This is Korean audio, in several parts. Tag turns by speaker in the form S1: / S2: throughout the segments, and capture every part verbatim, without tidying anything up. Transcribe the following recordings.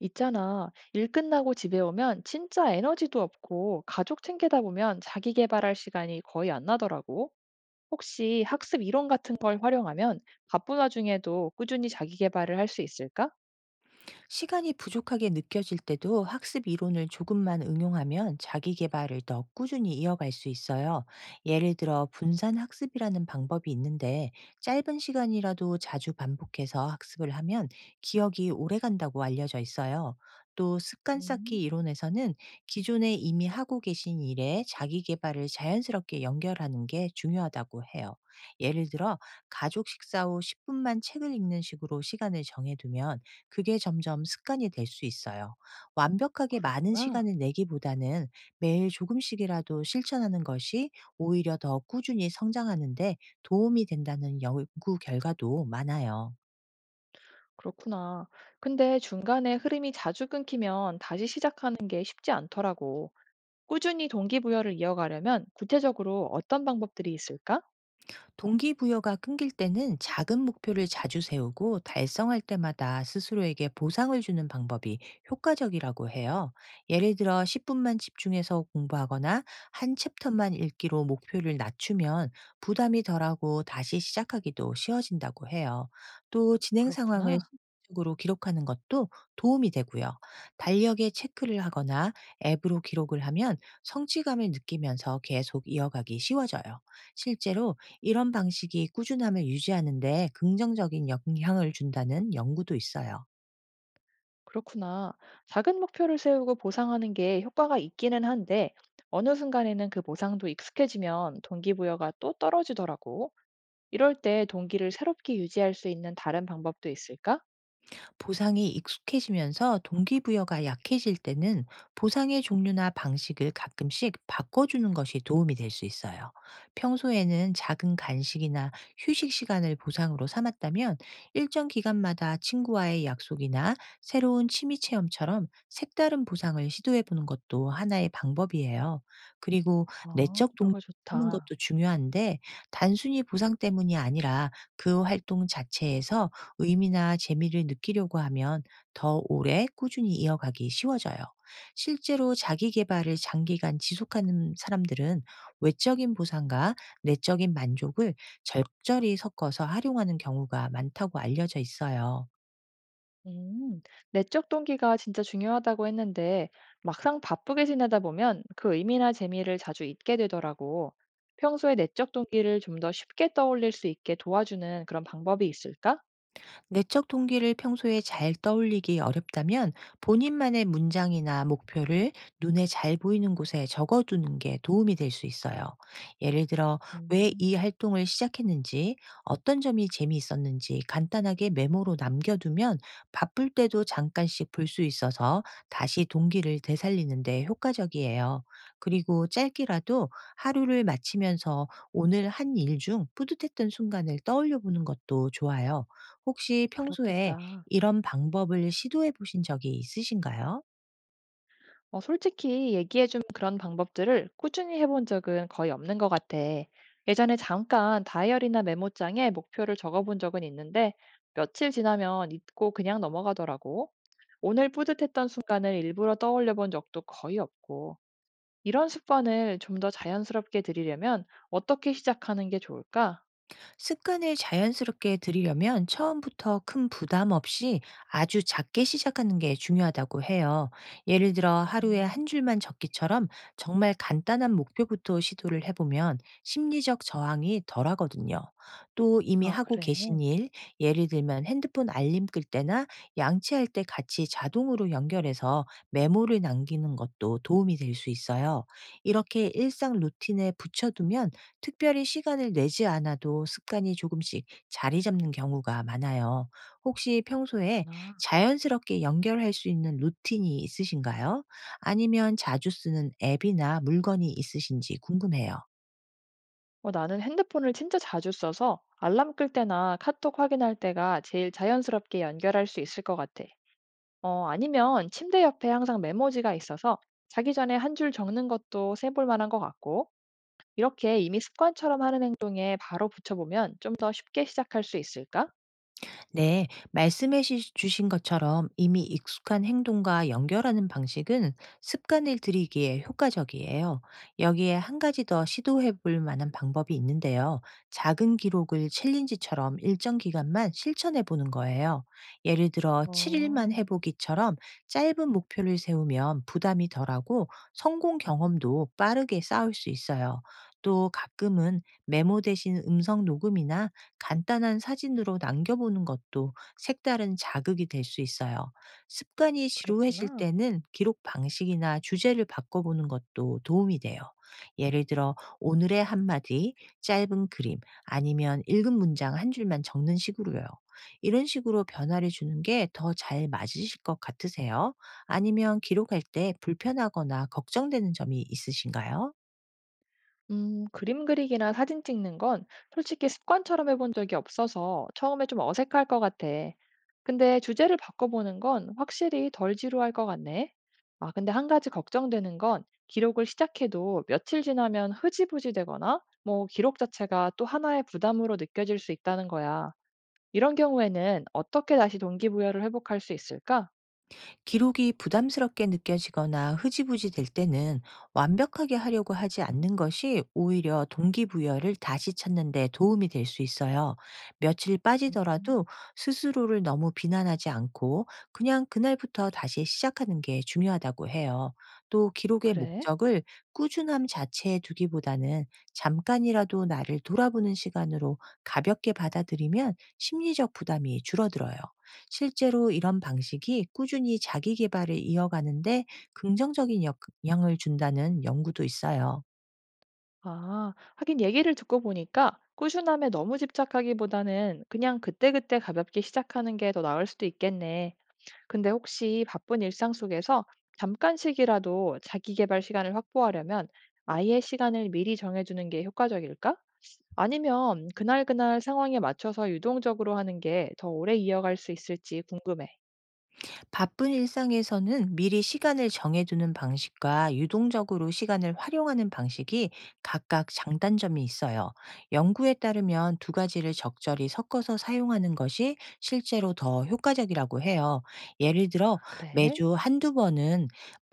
S1: 있잖아. 일 끝나고 집에 오면 진짜 에너지도 없고 가족 챙기다 보면 자기 개발할 시간이 거의 안 나더라고. 혹시 학습 이론 같은 걸 활용하면 바쁜 와중에도 꾸준히 자기 개발을 할 수 있을까?
S2: 시간이 부족하게 느껴질 때도 학습 이론을 조금만 응용하면 자기 개발을 더 꾸준히 이어갈 수 있어요. 예를 들어 분산 학습이라는 방법이 있는데 짧은 시간이라도 자주 반복해서 학습을 하면 기억이 오래 간다고 알려져 있어요. 또 습관 쌓기
S1: 음,
S2: 이론에서는 기존에 이미 하고 계신 일에 자기 개발을 자연스럽게 연결하는 게 중요하다고 해요. 예를 들어 가족 식사 후 십 분만 책을 읽는 식으로 시간을 정해두면 그게 점점 습관이 될 수 있어요. 완벽하게 많은
S1: 그렇구나.
S2: 시간을 내기보다는 매일 조금씩이라도 실천하는 것이 오히려 더 꾸준히 성장하는데 도움이 된다는 연구 결과도 많아요.
S1: 그렇구나. 근데 중간에 흐름이 자주 끊기면 다시 시작하는 게 쉽지 않더라고. 꾸준히 동기부여를 이어가려면 구체적으로 어떤 방법들이 있을까?
S2: 동기부여가 끊길 때는 작은 목표를 자주 세우고 달성할 때마다 스스로에게 보상을 주는 방법이 효과적이라고 해요. 예를 들어 십 분만 집중해서 공부하거나 한 챕터만 읽기로 목표를 낮추면 부담이 덜하고 다시 시작하기도 쉬워진다고 해요. 또 진행 상황을
S1: 그렇구나.
S2: 실질적으로 기록하는 것도 도움이 되고요. 달력에 체크를 하거나 앱으로 기록을 하면 성취감을 느끼면서 계속 이어가기 쉬워져요. 실제로 이런 방식이 꾸준함을 유지하는 데 긍정적인 영향을 준다는 연구도 있어요.
S1: 그렇구나. 작은 목표를 세우고 보상하는 게 효과가 있기는 한데, 어느 순간에는 그 보상도 익숙해지면 동기부여가 또 떨어지더라고. 이럴 때 동기를 새롭게 유지할 수 있는 다른 방법도 있을까?
S2: 보상이 익숙해지면서 동기부여가 약해질 때는 보상의 종류나 방식을 가끔씩 바꿔주는 것이 도움이 될 수 있어요. 평소에는 작은 간식이나 휴식 시간을 보상으로 삼았다면 일정 기간마다 친구와의 약속이나 새로운 취미 체험처럼 색다른 보상을 시도해 보는 것도 하나의 방법이에요. 그리고
S1: 어,
S2: 내적 동기를
S1: 그거
S2: 찾는
S1: 좋다.
S2: 것도 중요한데 단순히 보상 때문이 아니라 그 활동 자체에서 의미나 재미를 느끼려고 하면 더 오래 꾸준히 이어가기 쉬워져요. 실제로 자기 개발을 장기간 지속하는 사람들은 외적인 보상과 내적인 만족을 적절히 섞어서 활용하는 경우가 많다고 알려져 있어요.
S1: 음, 내적 동기가 진짜 중요하다고 했는데 막상 바쁘게 지내다 보면 그 의미나 재미를 자주 잊게 되더라고. 평소에 내적 동기를 좀 더 쉽게 떠올릴 수 있게 도와주는 그런 방법이 있을까?
S2: 내적 동기를 평소에 잘 떠올리기 어렵다면 본인만의 문장이나 목표를 눈에 잘 보이는 곳에 적어두는 게 도움이 될 수 있어요. 예를 들어, 왜
S1: 음,
S2: 이 활동을 시작했는지, 어떤 점이 재미있었는지 간단하게 메모로 남겨두면 바쁠 때도 잠깐씩 볼 수 있어서 다시 동기를 되살리는데 효과적이에요. 그리고 짧게라도 하루를 마치면서 오늘 한 일 중 뿌듯했던 순간을 떠올려 보는 것도 좋아요. 혹시 평소에
S1: 그렇겠다.
S2: 이런 방법을 시도해 보신 적이 있으신가요?
S1: 어, 솔직히 얘기해준 그런 방법들을 꾸준히 해본 적은 거의 없는 것 같아. 예전에 잠깐 다이어리나 메모장에 목표를 적어본 적은 있는데 며칠 지나면 잊고 그냥 넘어가더라고. 오늘 뿌듯했던 순간을 일부러 떠올려 본 적도 거의 없고. 이런 습관을 좀 더 자연스럽게 들이려면 어떻게 시작하는 게 좋을까?
S2: 습관을 자연스럽게 들이려면 처음부터 큰 부담 없이 아주 작게 시작하는 게 중요하다고 해요. 예를 들어 하루에
S1: 음,
S2: 한 줄만 적기처럼 정말 간단한 목표부터 시도를 해보면 심리적 저항이 덜하거든요. 또 이미
S1: 아,
S2: 하고 계신
S1: 그래.
S2: 일, 예를 들면 핸드폰 알림 끌 때나 양치할 때 같이 자동으로 연결해서 메모를 남기는 것도 도움이 될 수 있어요. 이렇게 일상 루틴에 붙여두면 특별히 시간을 내지 않아도 습관이 조금씩 자리 잡는 경우가 많아요. 혹시 평소에
S1: 그렇구나.
S2: 자연스럽게 연결할 수 있는 루틴이 있으신가요? 아니면 자주 쓰는 앱이나 물건이 있으신지 궁금해요.
S1: 어, 나는 핸드폰을 진짜 자주 써서 알람 끌 때나 카톡 확인할 때가 제일 자연스럽게 연결할 수 있을 것 같아. 어, 아니면 침대 옆에 항상 메모지가 있어서 자기 전에 한 줄 적는 것도 세볼 만한 것 같고, 이렇게 이미 습관처럼 하는 행동에 바로 붙여보면 좀 더 쉽게 시작할 수 있을까?
S2: 네, 말씀해 시- 주신 것처럼 이미 익숙한 행동과 연결하는 방식은 습관을 들이기에 효과적이에요. 여기에 한 가지 더 시도해 볼 만한 방법이 있는데요. 작은 기록을 챌린지처럼 일정 기간만 실천해 보는 거예요. 예를 들어 칠 일만
S1: 어,
S2: 해보기처럼 짧은 목표를 세우면 부담이 덜하고 성공 경험도 빠르게 쌓을 수 있어요. 또 가끔은 메모 대신 음성 녹음이나 간단한 사진으로 남겨보는 것도 색다른 자극이 될 수 있어요. 습관이 지루해질
S1: 그렇구나.
S2: 때는 기록 방식이나 주제를 바꿔보는 것도 도움이 돼요. 예를 들어, 오늘의 한마디, 짧은 그림, 아니면 읽은 문장 한 줄만 적는 식으로요. 이런 식으로 변화를 주는 게 더 잘 맞으실 것 같으세요? 아니면 기록할 때 불편하거나 걱정되는 점이 있으신가요?
S1: 음, 그림 그리기나 사진 찍는 건 솔직히 습관처럼 해본 적이 없어서 처음에 좀 어색할 것 같아. 근데 주제를 바꿔보는 건 확실히 덜 지루할 것 같네. 아, 근데 한 가지 걱정되는 건 기록을 시작해도 며칠 지나면 흐지부지 되거나 뭐 기록 자체가 또 하나의 부담으로 느껴질 수 있다는 거야. 이런 경우에는 어떻게 다시 동기부여를 회복할 수 있을까?
S2: 기록이 부담스럽게 느껴지거나 흐지부지 될 때는 완벽하게 하려고 하지 않는 것이 오히려 동기부여를 다시 찾는 데 도움이 될 수 있어요. 며칠
S1: 음,
S2: 빠지더라도 스스로를 너무 비난하지 않고 그냥 그날부터 다시 시작하는 게 중요하다고 해요. 또 기록의
S1: 그래.
S2: 목적을 꾸준함 자체에 두기보다는 잠깐이라도 나를 돌아보는 시간으로 가볍게 받아들이면 심리적 부담이 줄어들어요. 실제로 이런 방식이 꾸준히 자기 계발을 이어가는데 긍정적인 역 영향을 준다는 연구도 있어요.
S1: 아, 하긴 얘기를 듣고 보니까 꾸준함에 너무 집착하기보다는 그냥 그때그때 가볍게 시작하는 게 더 나을 수도 있겠네. 근데 혹시 바쁜 일상 속에서 잠깐씩이라도 자기 개발 시간을 확보하려면 아예 시간을 미리 정해주는 게 효과적일까? 아니면 그날그날 상황에 맞춰서 유동적으로 하는 게 더 오래 이어갈 수 있을지 궁금해.
S2: 바쁜 일상에서는 미리 시간을 정해두는 방식과 유동적으로 시간을 활용하는 방식이 각각 장단점이 있어요. 연구에 따르면 두 가지를 적절히 섞어서 사용하는 것이 실제로 더 효과적이라고 해요. 예를 들어
S1: 그래?
S2: 매주 한두 번은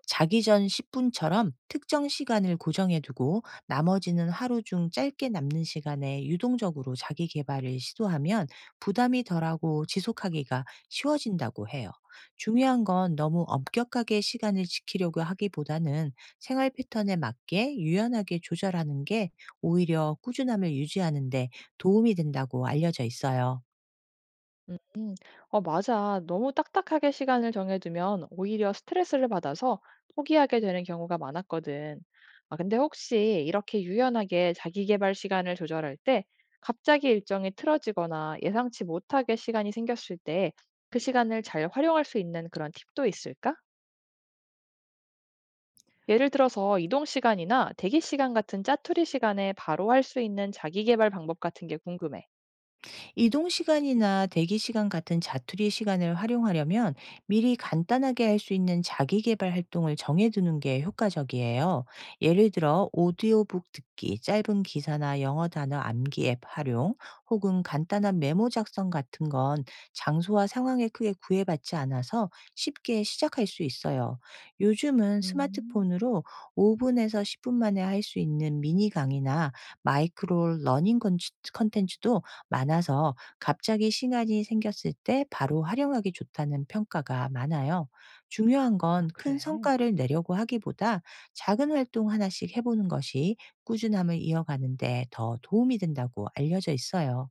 S2: 자기 전 십 분처럼 특정 시간을 고정해두고 나머지는 하루 중 짧게 남는 시간에 유동적으로 자기 개발을 시도하면 부담이 덜하고 지속하기가 쉬워진다고 해요. 중요한 건 너무 엄격하게 시간을 지키려고 하기보다는 생활 패턴에 맞게 유연하게 조절하는 게 오히려 꾸준함을 유지하는 데 도움이 된다고 알려져 있어요.
S1: 어, 맞아. 너무 딱딱하게 시간을 정해두면 오히려 스트레스를 받아서 포기하게 되는 경우가 많았거든. 아, 근데 혹시 이렇게 유연하게 자기 개발 시간을 조절할 때 갑자기 일정이 틀어지거나 예상치 못하게 시간이 생겼을 때 그 시간을 잘 활용할 수 있는 그런 팁도 있을까? 예를 들어서 이동 시간이나 대기 시간 같은 짜투리 시간에 바로 할 수 있는 자기 개발 방법 같은 게 궁금해.
S2: 이동 시간이나 대기 시간 같은 자투리 시간을 활용하려면 미리 간단하게 할 수 있는 자기 개발 활동을 정해두는 게 효과적이에요. 예를 들어 오디오북 듣기, 짧은 기사나 영어 단어 암기 앱 활용, 혹은 간단한 메모 작성 같은 건 장소와 상황에 크게 구애받지 않아서 쉽게 시작할 수 있어요. 요즘은
S1: 음,
S2: 스마트폰으로 오 분에서 십 분 만에 할 수 있는 미니 강의나 마이크로 러닝 콘- 컨텐츠도 많아서 갑자기 시간이 생겼을 때 바로 활용하기 좋다는 평가가 많아요. 중요한
S1: 아,
S2: 건 큰
S1: 그래.
S2: 성과를 내려고 하기보다 작은 활동 하나씩 해보는 것이 꾸준함을 이어가는데 더 도움이 된다고 알려져 있어요.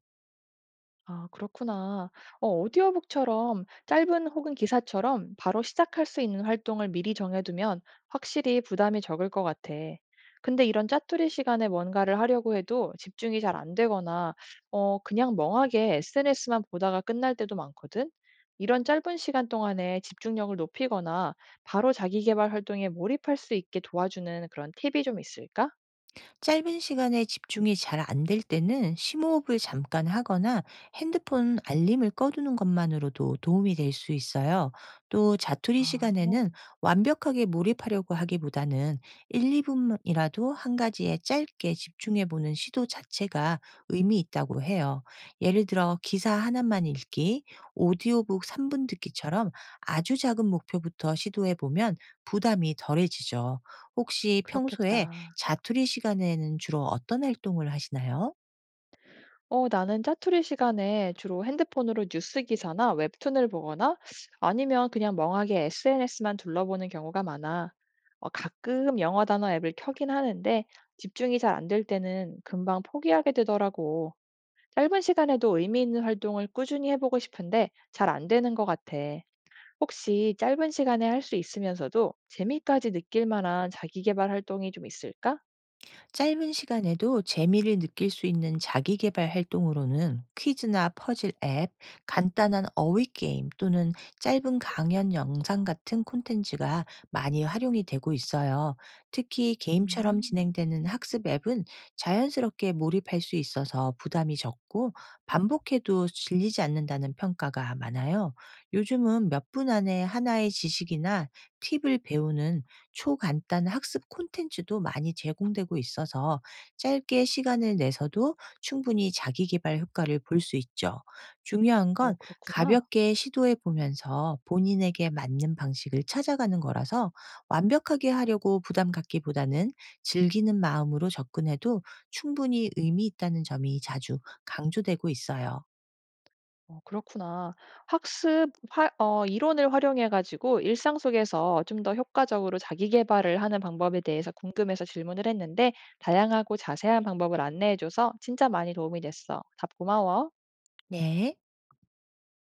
S1: 아, 그렇구나. 어, 오디오북처럼 짧은 혹은 기사처럼 바로 시작할 수 있는 활동을 미리 정해두면 확실히 부담이 적을 것 같아. 근데 이런 짜투리 시간에 뭔가를 하려고 해도 집중이 잘 안 되거나, 어, 그냥 멍하게 에스엔에스만 보다가 끝날 때도 많거든? 이런 짧은 시간 동안에 집중력을 높이거나 바로 자기 개발 활동에 몰입할 수 있게 도와주는 그런 팁이 좀 있을까?
S2: 짧은 시간에 집중이 잘 안될 때는 심호흡을 잠깐 하거나 핸드폰 알림을 꺼두는 것만으로도 도움이 될 수 있어요. 또 자투리
S1: 아,
S2: 시간에는 완벽하게 몰입하려고 하기보다는 일, 이 분이라도 한 가지에 짧게 집중해 보는 시도 자체가 의미 있다고 해요. 예를 들어 기사 하나만 읽기, 오디오북 삼 분 듣기처럼 아주 작은 목표부터 시도해 보면 부담이 덜해지죠. 혹시 평소에
S1: 그렇겠다.
S2: 자투리 시간에는 주로 어떤 활동을 하시나요?
S1: 어, 나는 짜투리 시간에 주로 핸드폰으로 뉴스 기사나 웹툰을 보거나 아니면 그냥 멍하게 에스엔에스만 둘러보는 경우가 많아. 어, 가끔 영어 단어 앱을 켜긴 하는데 집중이 잘 안 될 때는 금방 포기하게 되더라고. 짧은 시간에도 의미 있는 활동을 꾸준히 해보고 싶은데 잘 안 되는 것 같아. 혹시 짧은 시간에 할 수 있으면서도 재미까지 느낄 만한 자기 계발 활동이 좀 있을까?
S2: 짧은 시간에도 재미를 느낄 수 있는 자기 개발 활동으로는 퀴즈나 퍼즐 앱, 간단한 어휘 게임 또는 짧은 강연 영상 같은 콘텐츠가 많이 활용이 되고 있어요. 특히 게임처럼
S1: 음.
S2: 진행되는 학습 앱은 자연스럽게 몰입할 수 있어서 부담이 적고 반복해도 질리지 않는다는 평가가 많아요. 요즘은 몇 분 안에 하나의 지식이나 팁을 배우는 초간단 학습 콘텐츠도 많이 제공되고 있어서 짧게 시간을 내서도 충분히 자기 개발 효과를 볼 수 있죠. 중요한 건
S1: 어 그렇구나.
S2: 가볍게 시도해 보면서 본인에게 맞는 방식을 찾아가는 거라서 완벽하게 하려고 부담 갖기보다는 즐기는 마음으로 접근해도 충분히 의미 있다는 점이 자주 강조되고 있어요.
S1: 어 그렇구나. 학습 화- 어 이론을 활용해 가지고 일상 속에서 좀 더 효과적으로 자기 개발을 하는 방법에 대해서 궁금해서 질문을 했는데 다양하고 자세한 방법을 안내해 줘서 진짜 많이 도움이 됐어. 답 고마워.
S2: 네.